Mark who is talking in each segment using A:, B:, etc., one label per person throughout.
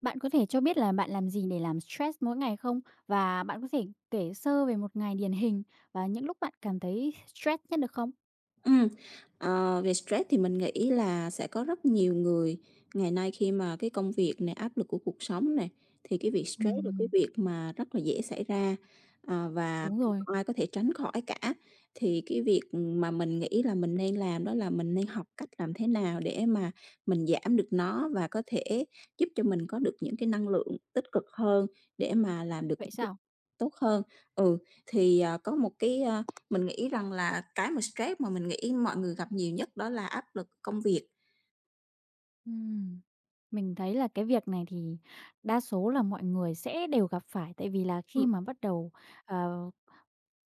A: Bạn có thể cho biết là bạn làm gì để làm stress mỗi ngày không? Và bạn có thể kể sơ về một ngày điển hình và những lúc bạn cảm thấy stress nhất được không?
B: Ừm, về stress thì mình nghĩ là sẽ có rất nhiều người ngày nay khi mà cái công việc này áp lực của cuộc sống này thì cái việc stress là cái
A: Ừm,
B: việc mà rất là dễ xảy ra, và
A: đúng rồi.
B: không ai có thể tránh khỏi cả. Thì cái việc, mà mình nghĩ là mình nên làm đó là mình nên học cách làm thế nào để mà mình giảm được nó và có thể giúp cho mình có được những cái năng lượng tích cực hơn để mà làm được
A: Vậy sao?
B: tốt hơn. Ừ, thì, có một cái, mình nghĩ rằng là cái mà stress mà mình nghĩ mọi người gặp nhiều nhất đó là áp lực công việc.
A: Ừm. Mình thấy là cái việc này thì đa số là mọi người sẽ đều gặp phải tại vì là khi
B: Ừm,
A: mà bắt đầu, ờ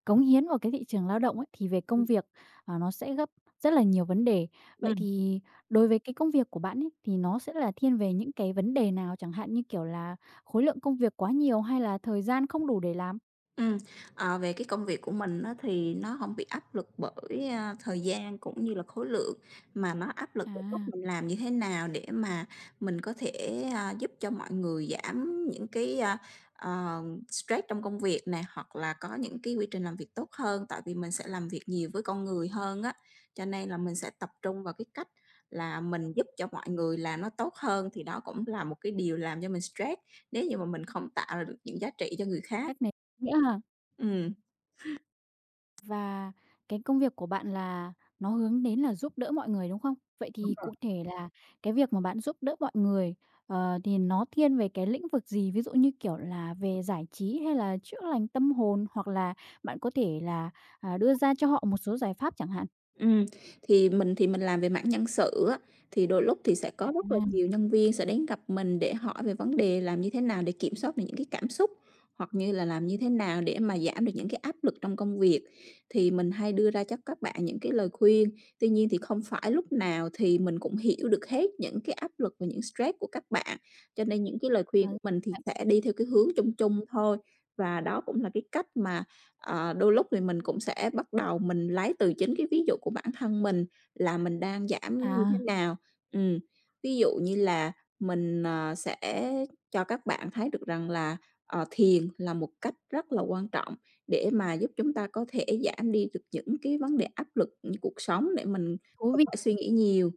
A: cống hiến vào cái thị trường lao động ấy, thì về công
B: ừm.
A: việc, à, nó sẽ gấp rất là nhiều vấn đề. Vậy thì đối với cái công việc của bạn ấy, thì nó sẽ là thiên về những cái vấn đề nào? Chẳng hạn như, kiểu là, khối lượng công việc quá nhiều hay là thời gian không đủ để làm?
B: Ừm, về cái công việc của mình á thì nó không bị áp lực bởi, thời gian cũng như là khối lượng, mà nó áp lực
A: À,
B: bởi cách mình làm như thế nào để mà mình có thể, giúp cho mọi người giảm những cái, ờ, stress trong công việc này hoặc là có những cái quy trình làm việc tốt hơn. Tại vì mình sẽ làm việc nhiều với con người hơn á, cho nên là mình sẽ tập trung vào cái cách là mình giúp cho mọi người làm nó tốt hơn, thì đó cũng là một cái điều làm cho mình stress, nếu như mà mình không tạo ra được những giá trị cho người khác.
A: cách này nghĩa ha.
B: Ừm.
A: Và cái công việc của bạn là nó hướng đến là giúp đỡ mọi người, đúng không? Vậy thì cụ thể là cái việc mà bạn giúp đỡ mọi người, ờ, thì nó thiên về cái lĩnh vực gì? Ví dụ như, kiểu là, về giải trí hay là chữa lành tâm hồn, hoặc là bạn có thể là, à, đưa ra cho họ một số giải pháp chẳng hạn?
B: Ừm, thì mình làm về mảng nhân sự á, thì đôi lúc thì sẽ
A: À,
B: có rất là
A: hóa
B: nhiều nhân viên sẽ đến gặp mình để hỏi về vấn đề làm như thế nào để kiểm soát được những cái cảm xúc, hoặc như là làm như thế nào để mà giảm được những cái áp lực trong công việc. Thì mình hay đưa ra cho các bạn những cái lời khuyên, tuy nhiên thì không phải lúc nào thì mình cũng hiểu được hết những cái áp lực và những stress của các bạn, cho nên những cái lời khuyên của mình thì
A: vậy.
B: sẽ đi theo cái hướng chung chung thôi. Và đó cũng là cái cách mà đôi lúc thì mình cũng sẽ bắt đầu mình lấy từ chính cái ví dụ của bản thân mình là mình đang giảm nó như thế
A: À,
B: nào. Ừm, ví dụ như là mình, sẽ cho các bạn thấy được rằng là, thiền là một cách rất là quan trọng để mà giúp chúng ta có thể giảm đi được những cái vấn đề áp lực, cuộc sống để mình
A: thú
B: không
A: vị.
B: phải suy nghĩ nhiều.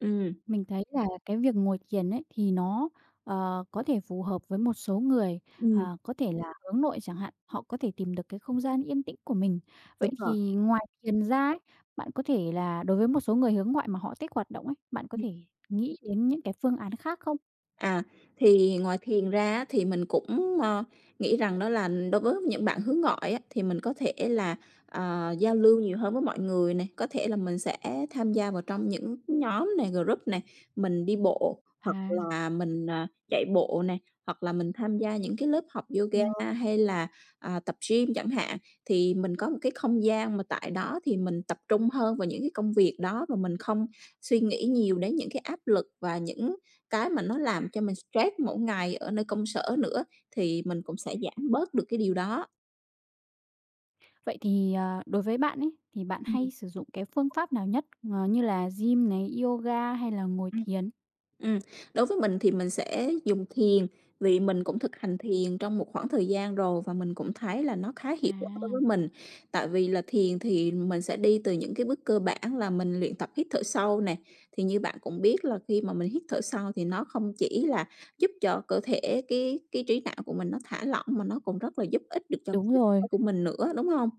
B: Ừm,
A: Mình thấy là cái việc ngồi thiền ấy thì nó, ờ, có thể phù hợp với một số người,
B: Ừm,
A: ờ, có thể là hướng nội chẳng hạn, họ có thể tìm được cái không gian yên tĩnh của mình. Vậy
B: đúng rồi.
A: thì ngoài thiền ra ấy, bạn có thể là đối với một số người hướng ngoại mà họ thích hoạt động ấy, bạn có thể nghĩ đến những cái phương án khác không?
B: À, thì ngoài thiền ra á, thì mình cũng, nghĩ rằng đó là đối với những bạn hướng ngoại á, thì mình có thể là, giao lưu nhiều hơn với mọi người này có thể là mình sẽ tham gia vào trong những nhóm này, group này, mình đi bộ
A: À,
B: hoặc là mình, chạy bộ này hoặc là mình tham gia những cái lớp học
A: ừm,
B: yoga hay là, tập gym chẳng hạn. Thì mình có một cái không gian mà tại đó thì mình tập trung hơn vào những cái công việc đó và mình không suy nghĩ nhiều đến những cái áp lực và những cái mà nó làm cho mình stress mỗi ngày ở nơi công sở nữa, thì mình cũng sẽ giảm bớt được cái điều đó.
A: vậy thì, ờ, đối với bạn ấy, thì bạn
B: Ừm,
A: hay sử dụng cái phương pháp nào nhất, ờ, như là gym này, yoga hay là ngồi
B: Ừm.
A: thiền?
B: Ừm, đối với mình thì mình sẽ dùng thiền, vì mình cũng thực hành thiền trong một khoảng thời gian rồi và mình cũng thấy là nó khá
A: À,
B: hiệu quả đối với mình. Tại vì là thiền thì mình sẽ đi từ những cái bước cơ bản là mình luyện tập hít thở sâu nè, thì như bạn cũng biết là khi mà mình hít thở sâu thì nó không chỉ là giúp cho cơ thể, cái trí não của mình nó thả lỏng mà nó còn rất là giúp ích được cho
A: đúng rồi,
B: của mình nữa, đúng không?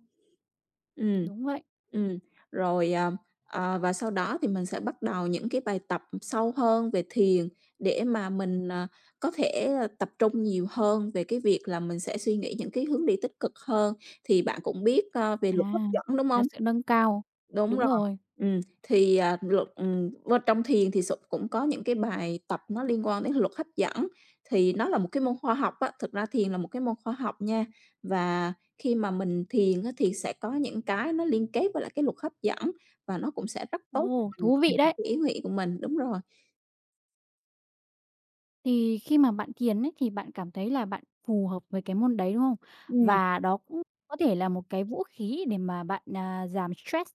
B: Ừm,
A: đúng vậy.
B: ừm, rồi, và sau đó thì mình sẽ bắt đầu những cái bài tập sâu hơn về thiền để mà mình, có thể tập trung nhiều hơn về cái việc là mình sẽ suy nghĩ những cái hướng đi tích cực hơn. Thì bạn cũng biết, về luật hấp
A: À,
B: dẫn, đúng
A: là
B: hông?
A: sự nâng cao.
B: Đúng
A: Đúng
B: rồi.
A: rồi.
B: Thì, luật bên trong thiền thì cũng có những cái bài tập nó liên quan đến luật hấp dẫn, thì nó là một cái môn khoa học á, thực ra thiền là một cái môn khoa học nha. Và khi mà mình thiền á thì sẽ có những cái nó liên kết với lại cái luật hấp dẫn và nó cũng sẽ rất tốt cho
A: Ồ,
B: mình,
A: thú vị
B: cho
A: đấy.
B: cái ý nguyện của mình. Đúng rồi.
A: Thì khi mà bạn thiền ấy, thì bạn cảm thấy là bạn phù hợp với cái môn đấy, đúng không?
B: Ừm,
A: Và đó cũng có thể là một cái vũ khí để mà bạn, à, giảm stress.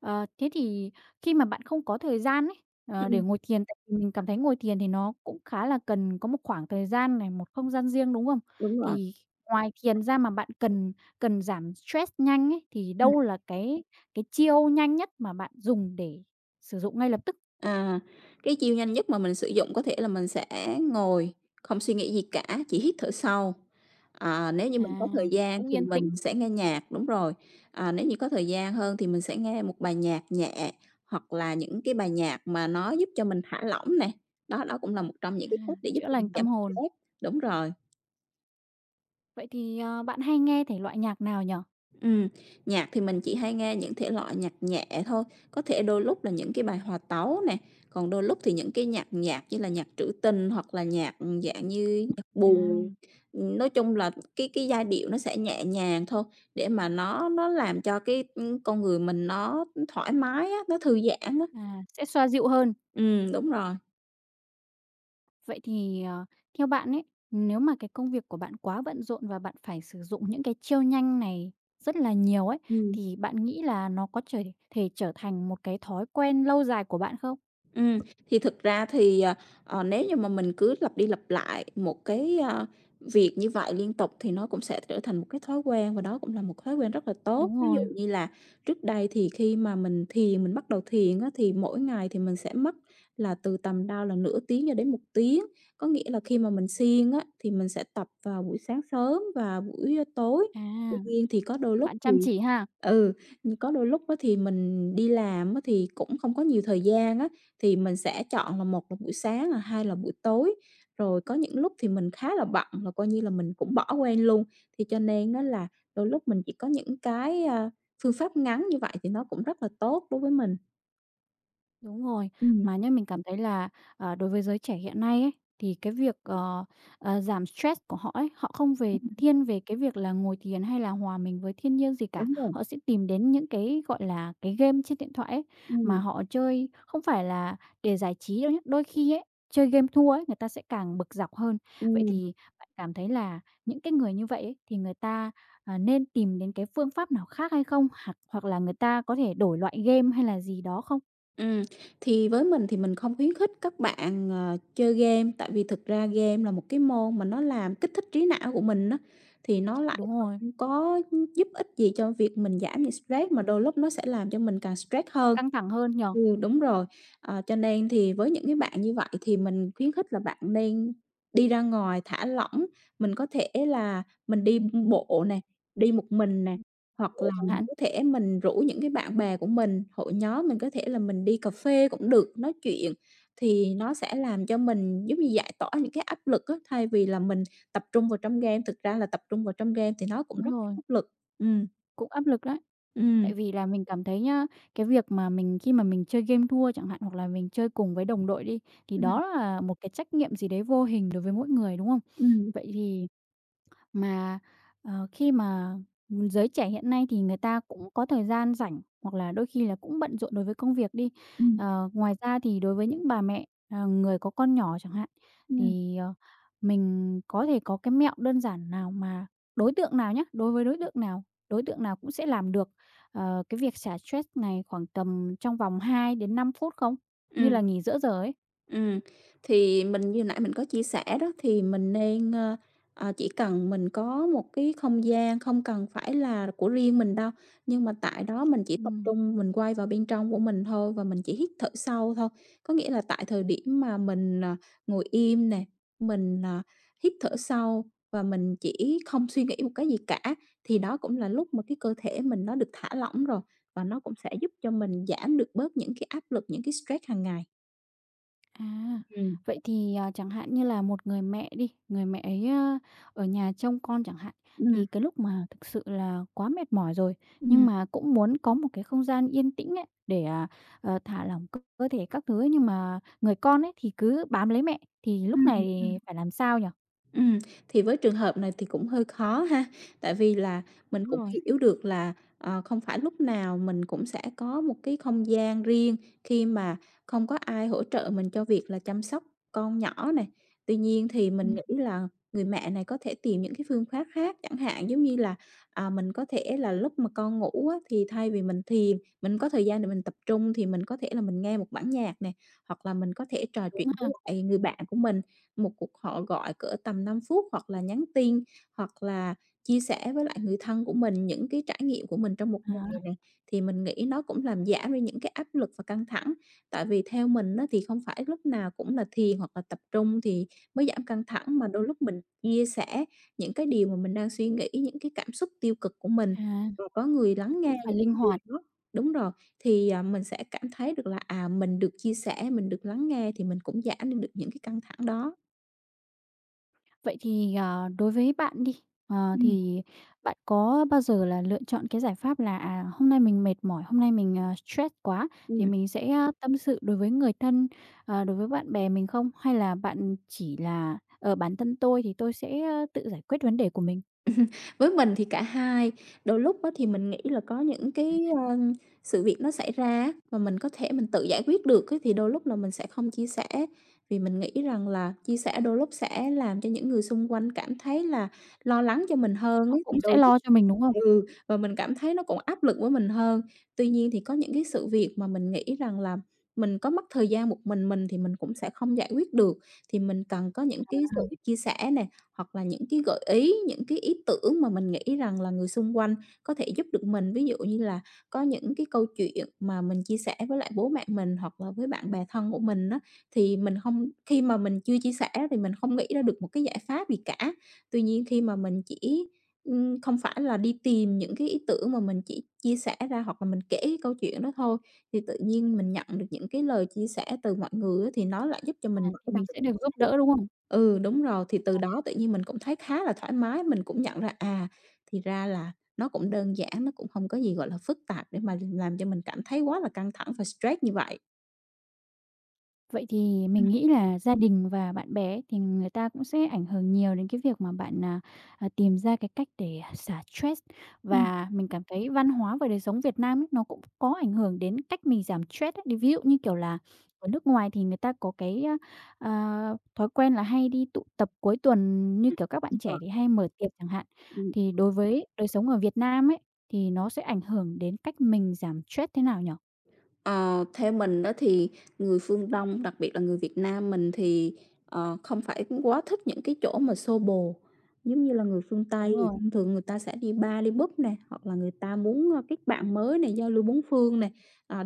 A: Ờ, thế thì khi mà bạn không có thời gian ấy, ờ, để
B: ừm,
A: ngồi thiền, tại vì mình cảm thấy ngồi thiền thì nó cũng khá là cần có một khoảng thời gian này, một không gian riêng, đúng không?
B: đúng rồi.
A: Thì ngoài thiền ra mà bạn cần cần giảm stress nhanh ấy, thì đâu là cái chiêu nhanh nhất mà bạn dùng để sử dụng ngay lập tức?
B: À, cái chiêu nhanh nhất mà mình sử dụng có thể là mình sẽ ngồi không suy nghĩ gì cả, chỉ hít thở sâu. À, nếu như
A: À,
B: mình có thời gian
A: cũng
B: thì
A: yên
B: mình
A: tĩnh,
B: sẽ nghe nhạc, đúng rồi. À, nếu như có thời gian hơn thì mình sẽ nghe một bài nhạc nhẹ hoặc là những cái bài nhạc mà nó giúp cho mình thả lỏng nè. Đó, đó cũng là một trong
A: à,
B: những cái cách để giúp
A: chữa
B: cho
A: lành
B: mình
A: tâm
B: giảm
A: hồn.
B: stress. Đúng rồi.
A: Vậy thì, ờ, bạn hay nghe thể loại nhạc nào nhở?
B: Ừm, nhạc thì mình chỉ hay nghe những thể loại nhạc nhẹ thôi, có thể đôi lúc là những cái bài hòa tấu nè, còn đôi lúc thì những cái nhạc nhạc như là nhạc trữ tình hoặc là nhạc, dạng như nhạc
A: À.
B: buồn. Nói chung là cái giai điệu nó sẽ nhẹ nhàng thôi, để mà nó làm cho cái, con người mình nó thoải mái á, nó thư giãn á.
A: À, sẽ xoa dịu hơn.
B: Đúng rồi.
A: Vậy thì, ờ, theo bạn ấy, nếu mà cái công việc của bạn quá bận rộn và bạn phải sử dụng những cái chiêu nhanh này rất là nhiều ấy,
B: Ừm.
A: thì bạn nghĩ là nó có trở thể trở thành một cái thói quen lâu dài của bạn không?
B: Ừm, thì thực ra thì, nếu như mà mình cứ lặp đi lặp lại một cái, việc như vậy liên tục thì nó cũng sẽ trở thành một cái thói quen và đó cũng là một thói quen rất là tốt.
A: Đúng
B: Ví dụ
A: rồi.
B: như là trước đây thì khi mà mình thiền, mình bắt đầu thiền á, thì mỗi ngày thì mình sẽ mất là từ tầm đâu là nửa tiếng cho đến một tiếng. Có nghĩa là khi mà mình siêng á, thì mình sẽ tập vào buổi sáng sớm và buổi, tối.
A: À,
B: Tuy nhiên thì có đôi lúc
A: bạn
B: thì
A: chăm chỉ ha.
B: ừ, có đôi lúc á thì mình đi làm á thì cũng không có nhiều thời gian á. Thì mình sẽ chọn là một là buổi sáng, là hai là buổi tối. Rồi có những lúc thì mình khá là bận là coi như là mình cũng bỏ quên luôn, thì cho nên á là đôi lúc mình chỉ có những cái, phương pháp ngắn như vậy thì nó cũng rất là tốt đối với mình.
A: Đúng rồi,
B: Ừm,
A: mà nhá mình cảm thấy là, ờ, đối với giới trẻ hiện nay ấy, thì cái việc, giảm stress của họ ấy, họ không về
B: ừm,
A: thiên về cái việc là ngồi thiền hay là hòa mình với thiên nhiên gì cả.
B: đúng rồi.
A: Họ sẽ tìm đến những cái, gọi là, cái game trên điện thoại ấy, mà
B: Ừm,
A: họ chơi không phải là để giải trí đâu nhá. Đôi khi ấy, chơi game thua ấy, người ta sẽ càng bực dọc hơn. Vậy
B: ừm.
A: thì bạn cảm thấy là những cái người như vậy ấy, thì người ta, à, nên tìm đến cái phương pháp nào khác hay không? Hoặc hoặc là người ta có thể đổi loại game hay là gì đó không?
B: Ừ, thì với mình thì mình không khuyến khích các bạn, chơi game, tại vì thực ra game là một cái môn mà nó làm kích thích trí não của mình đó thì nó lại
A: Đúng rồi,
B: không có giúp ích gì cho việc mình giảm được stress, mà đôi lúc nó sẽ làm cho mình càng stress hơn.
A: căng thẳng hơn nhỉ?
B: Ừ, đúng rồi. Cho nên thì với những cái bạn như vậy thì mình khuyến khích là bạn nên đi ra ngoài thả lỏng, mình có thể là mình đi bộ nè, đi một mình nè, hoặc
A: Bộ
B: là
A: chẳng
B: mình
A: hạn,
B: có thể mình rủ những cái bạn bè của mình, hội nhóm, mình có thể là mình đi cà phê cũng được, nói chuyện thì nó sẽ làm cho mình giống như giải tỏa những cái áp lực á, thay vì là mình tập trung vào trong game, thực ra là tập trung vào trong game thì nó cũng
A: đúng
B: rất là
A: rồi,
B: áp lực. Ừ,
A: cũng áp lực đấy.
B: ừ,
A: Tại vì là mình cảm thấy nhá, cái việc mà mình khi mà mình chơi game thua chẳng hạn, hoặc là mình chơi cùng với đồng đội đi, thì
B: ừ,
A: đó là một cái trách nhiệm gì đấy vô hình đối với mỗi người, đúng không?
B: ừ,
A: Vậy thì mà, ờ, khi mà, giới trẻ hiện nay thì người ta cũng có thời gian rảnh hoặc là đôi khi là cũng bận rộn đối với công việc đi.
B: ừm,
A: Ờ, ngoài ra thì đối với những bà mẹ, ờ, người có con nhỏ chẳng hạn,
B: ừm.
A: thì, ờ, mình có thể có cái mẹo đơn giản nào mà đối tượng nào nhé đối với đối tượng nào cũng sẽ làm được, ờ, cái việc xả stress này khoảng tầm trong vòng 2 đến 5 phút không? Như là
B: Ừm.
A: nghỉ giữa giờ ấy.
B: Ừm, thì mình như nãy mình có chia sẻ đó, thì mình nên, chỉ cần mình có một cái không gian không cần phải là của riêng mình đâu, nhưng mà tại đó mình chỉ tập
A: Ừm.
B: trung mình quay vào bên trong của mình thôi và mình chỉ hít thở sâu thôi. Có nghĩa là tại thời điểm mà mình, ngồi im nè, mình, hít thở sâu và mình chỉ không suy nghĩ một cái gì cả, thì đó cũng là lúc mà cái cơ thể mình nó được thả lỏng rồi và nó cũng sẽ giúp cho mình giảm được bớt những cái áp lực, những cái stress hàng ngày.
A: À,
B: Ừm.
A: vậy thì, à, chẳng hạn như là một người mẹ đi, người mẹ ấy, a, ở nhà trông con chẳng hạn, thì
B: Ừm,
A: cái lúc mà thực sự là quá mệt mỏi rồi, nhưng
B: ừm,
A: mà cũng muốn có một cái không gian yên tĩnh ấy, để, à, ờ, thả lỏng cơ cơ thể các thứ ấy, nhưng mà người con ấy thì cứ bám lấy mẹ, thì lúc này thì
B: ừm.
A: phải làm sao nhở?
B: Ừm, thì với trường hợp này thì cũng hơi khó ha, tại vì là mình
A: Đúng
B: cũng
A: rồi,
B: hiểu được là, không phải lúc nào mình cũng sẽ có một cái không gian riêng khi mà không có ai hỗ trợ mình cho việc là chăm sóc con nhỏ này. Tuy nhiên thì mình
A: ừm,
B: nghĩ là người mẹ này có thể tìm những cái phương pháp khác, chẳng hạn giống như là, mình có thể là lúc mà con ngủ á, thì thay vì mình thiền, mình có thời gian để mình tập trung thì mình có thể là mình nghe một bản nhạc này, hoặc là mình có thể trò
A: đúng
B: chuyện với
A: ha.
B: lại người bạn của mình một cuộc họ gọi cỡ tầm 5 phút, hoặc là nhắn tin, hoặc là chia sẻ với lại người thân của mình những cái trải nghiệm của mình trong một
A: À,
B: ngày này, thì mình nghĩ nó cũng làm giảm đi những cái áp lực và căng thẳng. Tại vì theo mình á, thì không phải lúc nào cũng là thiền hoặc là tập trung thì mới giảm căng thẳng, mà đôi lúc mình chia sẻ những cái điều mà mình đang suy nghĩ, những cái cảm xúc tiêu cực của mình,
A: à,
B: rồi có người lắng
A: cũng
B: nghe
A: phải
B: những
A: linh
B: cái điều
A: hoạt.
B: đó. Đúng rồi, thì, mình sẽ cảm thấy được là, mình được chia sẻ, mình được lắng nghe thì mình cũng giảm đi được những cái căng thẳng đó.
A: Vậy thì, ờ, đối với bạn đi, ờ,
B: Ừm,
A: thì bạn có bao giờ là lựa chọn cái giải pháp là, à, hôm nay mình mệt mỏi, hôm nay mình, ờ, stress quá thì
B: ừm.
A: mình sẽ, a, tâm sự đối với người thân, ờ, đối với bạn bè mình không? Hay là bạn chỉ là, ở bản thân tôi thì tôi sẽ, ơ, tự giải quyết vấn đề của mình,
B: Với mình thì cả hai, đôi lúc á thì mình nghĩ là có những cái, sự việc nó xảy ra á, mà mình có thể mình tự giải quyết được á, thì đôi lúc là mình sẽ không chia sẻ, vì mình nghĩ rằng là chia sẻ đôi lúc sẽ làm cho những người xung quanh cảm thấy là lo lắng cho mình hơn
A: họ
B: á,
A: cũng
B: thì
A: sẽ
B: đôi lúc.
A: lo cho mình, đúng không?
B: Ừ, và mình cảm thấy nó cũng áp lực với mình hơn. Tuy nhiên thì có những cái sự việc mà mình nghĩ rằng là mình có mất thời gian một mình thì mình cũng sẽ không giải quyết được, thì mình cần có những cái sự chia sẻ này, hoặc là những cái gợi ý, những cái ý tưởng mà mình nghĩ rằng là người xung quanh có thể giúp được mình. Ví dụ như là có những cái câu chuyện mà mình chia sẻ với lại bố mẹ mình hoặc là với bạn bè thân của mình á, thì mình không, khi mà mình chưa chia sẻ thì mình không nghĩ ra được một cái giải pháp gì cả. Tuy nhiên khi mà mình chỉ, không phải là đi tìm những cái ý tưởng, mà mình chỉ chia sẻ ra hoặc là mình kể cái câu chuyện đó thôi, thì tự nhiên mình nhận được những cái lời chia sẻ từ mọi người á, thì nó lại giúp cho mình
A: À, thì
B: mở ra
A: mình
B: được
A: sẽ
B: những
A: được
B: cái ý
A: giúp
B: tưởng.
A: đỡ, đúng không?
B: Ừ, đúng rồi, thì từ đó tự nhiên mình cũng thấy khá là thoải mái, mình cũng nhận ra, thì ra là nó cũng đơn giản, nó cũng không có gì, gọi là, phức tạp để mà làm cho mình cảm thấy quá là căng thẳng và stress như vậy.
A: Vậy thì
B: Ừm,
A: mình nghĩ là gia đình và bạn bè thì người ta cũng sẽ ảnh hưởng nhiều đến cái việc mà bạn, tìm ra cái cách để xả stress.
B: ừm,
A: Và mình cảm thấy văn hóa và đời sống Việt Nam ấy, nó cũng có ảnh hưởng đến cách mình giảm stress ấy. Đi ví dụ như, kiểu là, ở nước ngoài thì người ta có cái, a, à, thói quen là hay đi tụ tập cuối tuần, như kiểu các bạn
B: đúng
A: trẻ
B: rồi.
A: thì hay mở tiệc chẳng hạn. Thì đối với đời sống ở Việt Nam ấy, thì nó sẽ ảnh hưởng đến cách mình giảm stress thế nào nhở?
B: Ờ, Theo mình đó thì người phương Đông, đặc biệt là người Việt Nam mình thì, không phải cũng quá thích những cái chỗ mà xô bồ, giống như là người phương
A: Đúng
B: Tây thì
A: rồi,
B: thông thường người ta sẽ đi bar, đi pub nè, hoặc là người ta muốn, kết bạn mới này, giao lưu bốn phương này,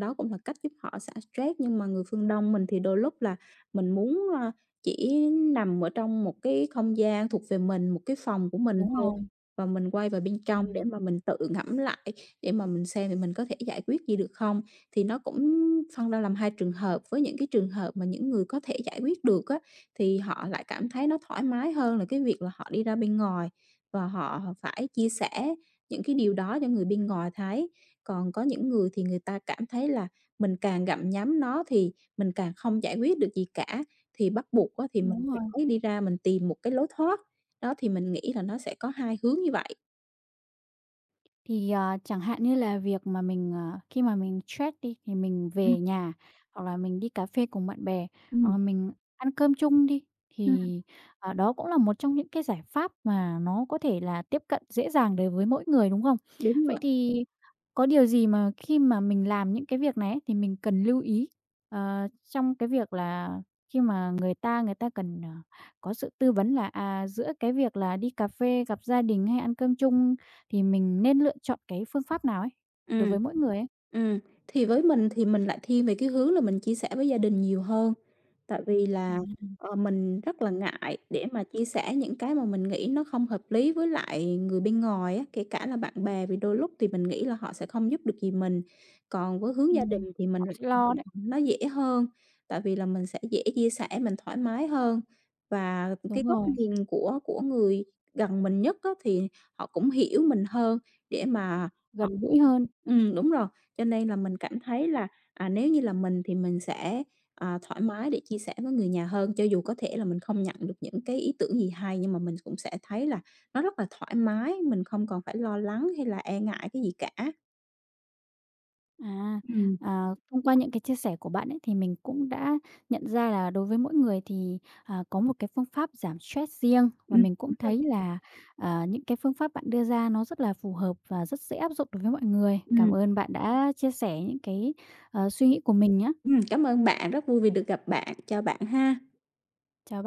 B: đó cũng là cách giúp họ xả stress. Nhưng mà người phương Đông mình thì đôi lúc là mình muốn, chỉ nằm ở trong một cái không gian thuộc về mình, một cái phòng của mình
A: đúng
B: thôi,
A: rồi.
B: và mình quay vào bên trong để
A: Ừm,
B: mà mình tự ngẫm lại, để mà mình xem thì mình có thể giải quyết gì được không. Thì nó cũng phân ra làm hai trường hợp, với những cái trường hợp mà những người có thể giải quyết được á, thì họ lại cảm thấy nó thoải mái hơn là cái việc là họ đi ra bên ngoài và họ phải chia sẻ những cái điều đó cho người bên ngoài thấy. Còn có những người thì người ta cảm thấy là mình càng gặm nhắm nó thì mình càng không giải quyết được gì cả, thì bắt buộc á thì mình
A: đúng rồi.
B: phải đi ra mình tìm một cái lối thoát. Đó, thì mình nghĩ là nó sẽ có hai hướng như vậy.
A: Thì, ờ, chẳng hạn như là việc mà mình, ờ, khi mà mình stress đi thì mình
B: Ừm,
A: về nhà, hoặc là mình đi cà phê cùng bạn bè, hoặc
B: ừm,
A: là mình ăn cơm chung đi,
B: ừm.
A: thì, ờ, đó cũng là một trong những cái giải pháp mà nó có thể là tiếp cận dễ dàng đối với mỗi người, đúng không?
B: Đúng rồi.
A: Vậy thì có điều gì mà khi mà mình làm những cái việc này ấy, thì mình cần lưu ý, ờ, trong cái việc là khi mà người ta cần, ờ, có sự tư vấn là, à, giữa cái việc là đi cà phê gặp gia đình hay ăn cơm chung thì mình nên lựa chọn cái phương pháp nào ấy, đối
B: Ừm.
A: với mỗi người ấy?
B: Ừm, thì với mình thì mình lại thiên về cái hướng là mình chia sẻ với gia đình nhiều hơn, tại vì là,
A: À,
B: mình rất là ngại để mà chia sẻ những cái mà mình nghĩ nó không hợp lý với lại người bên ngoài á, kể cả là bạn bè, vì đôi lúc thì mình nghĩ là họ sẽ không giúp được gì mình. Còn với hướng gia
A: ừm,
B: đình thì mình
A: họ
B: lại
A: sẽ lo
B: thấy là
A: đấy,
B: nó dễ hơn, tại vì là mình sẽ dễ chia sẻ, mình thoải mái hơn, và cái
A: đúng
B: góc
A: rồi,
B: nhìn của người gần mình nhất á, thì họ cũng hiểu mình hơn để mà...
A: gần gũi hơn.
B: Đúng rồi, cho nên là mình cảm thấy là, nếu như là mình thì mình sẽ, thoải mái để chia sẻ với người nhà hơn, cho dù có thể là mình không nhận được những cái ý tưởng gì hay, nhưng mà mình cũng sẽ thấy là nó rất là thoải mái, mình không còn phải lo lắng hay là e ngại cái gì cả.
A: À,
B: Ừm,
A: à, thông qua những cái chia sẻ của bạn ấy, thì mình cũng đã nhận ra là đối với mỗi người thì, à, có một cái phương pháp giảm stress riêng và mình cũng
B: đúng rồi.
A: thấy là, à, những cái phương pháp bạn đưa ra nó rất là phù hợp và rất dễ áp dụng đối với mọi người. Cảm ơn bạn đã chia sẻ những cái, ờ, suy nghĩ của mình nhé.
B: Cảm ơn bạn, rất vui vì được gặp bạn. Chào bạn ha.
A: Chào bạn.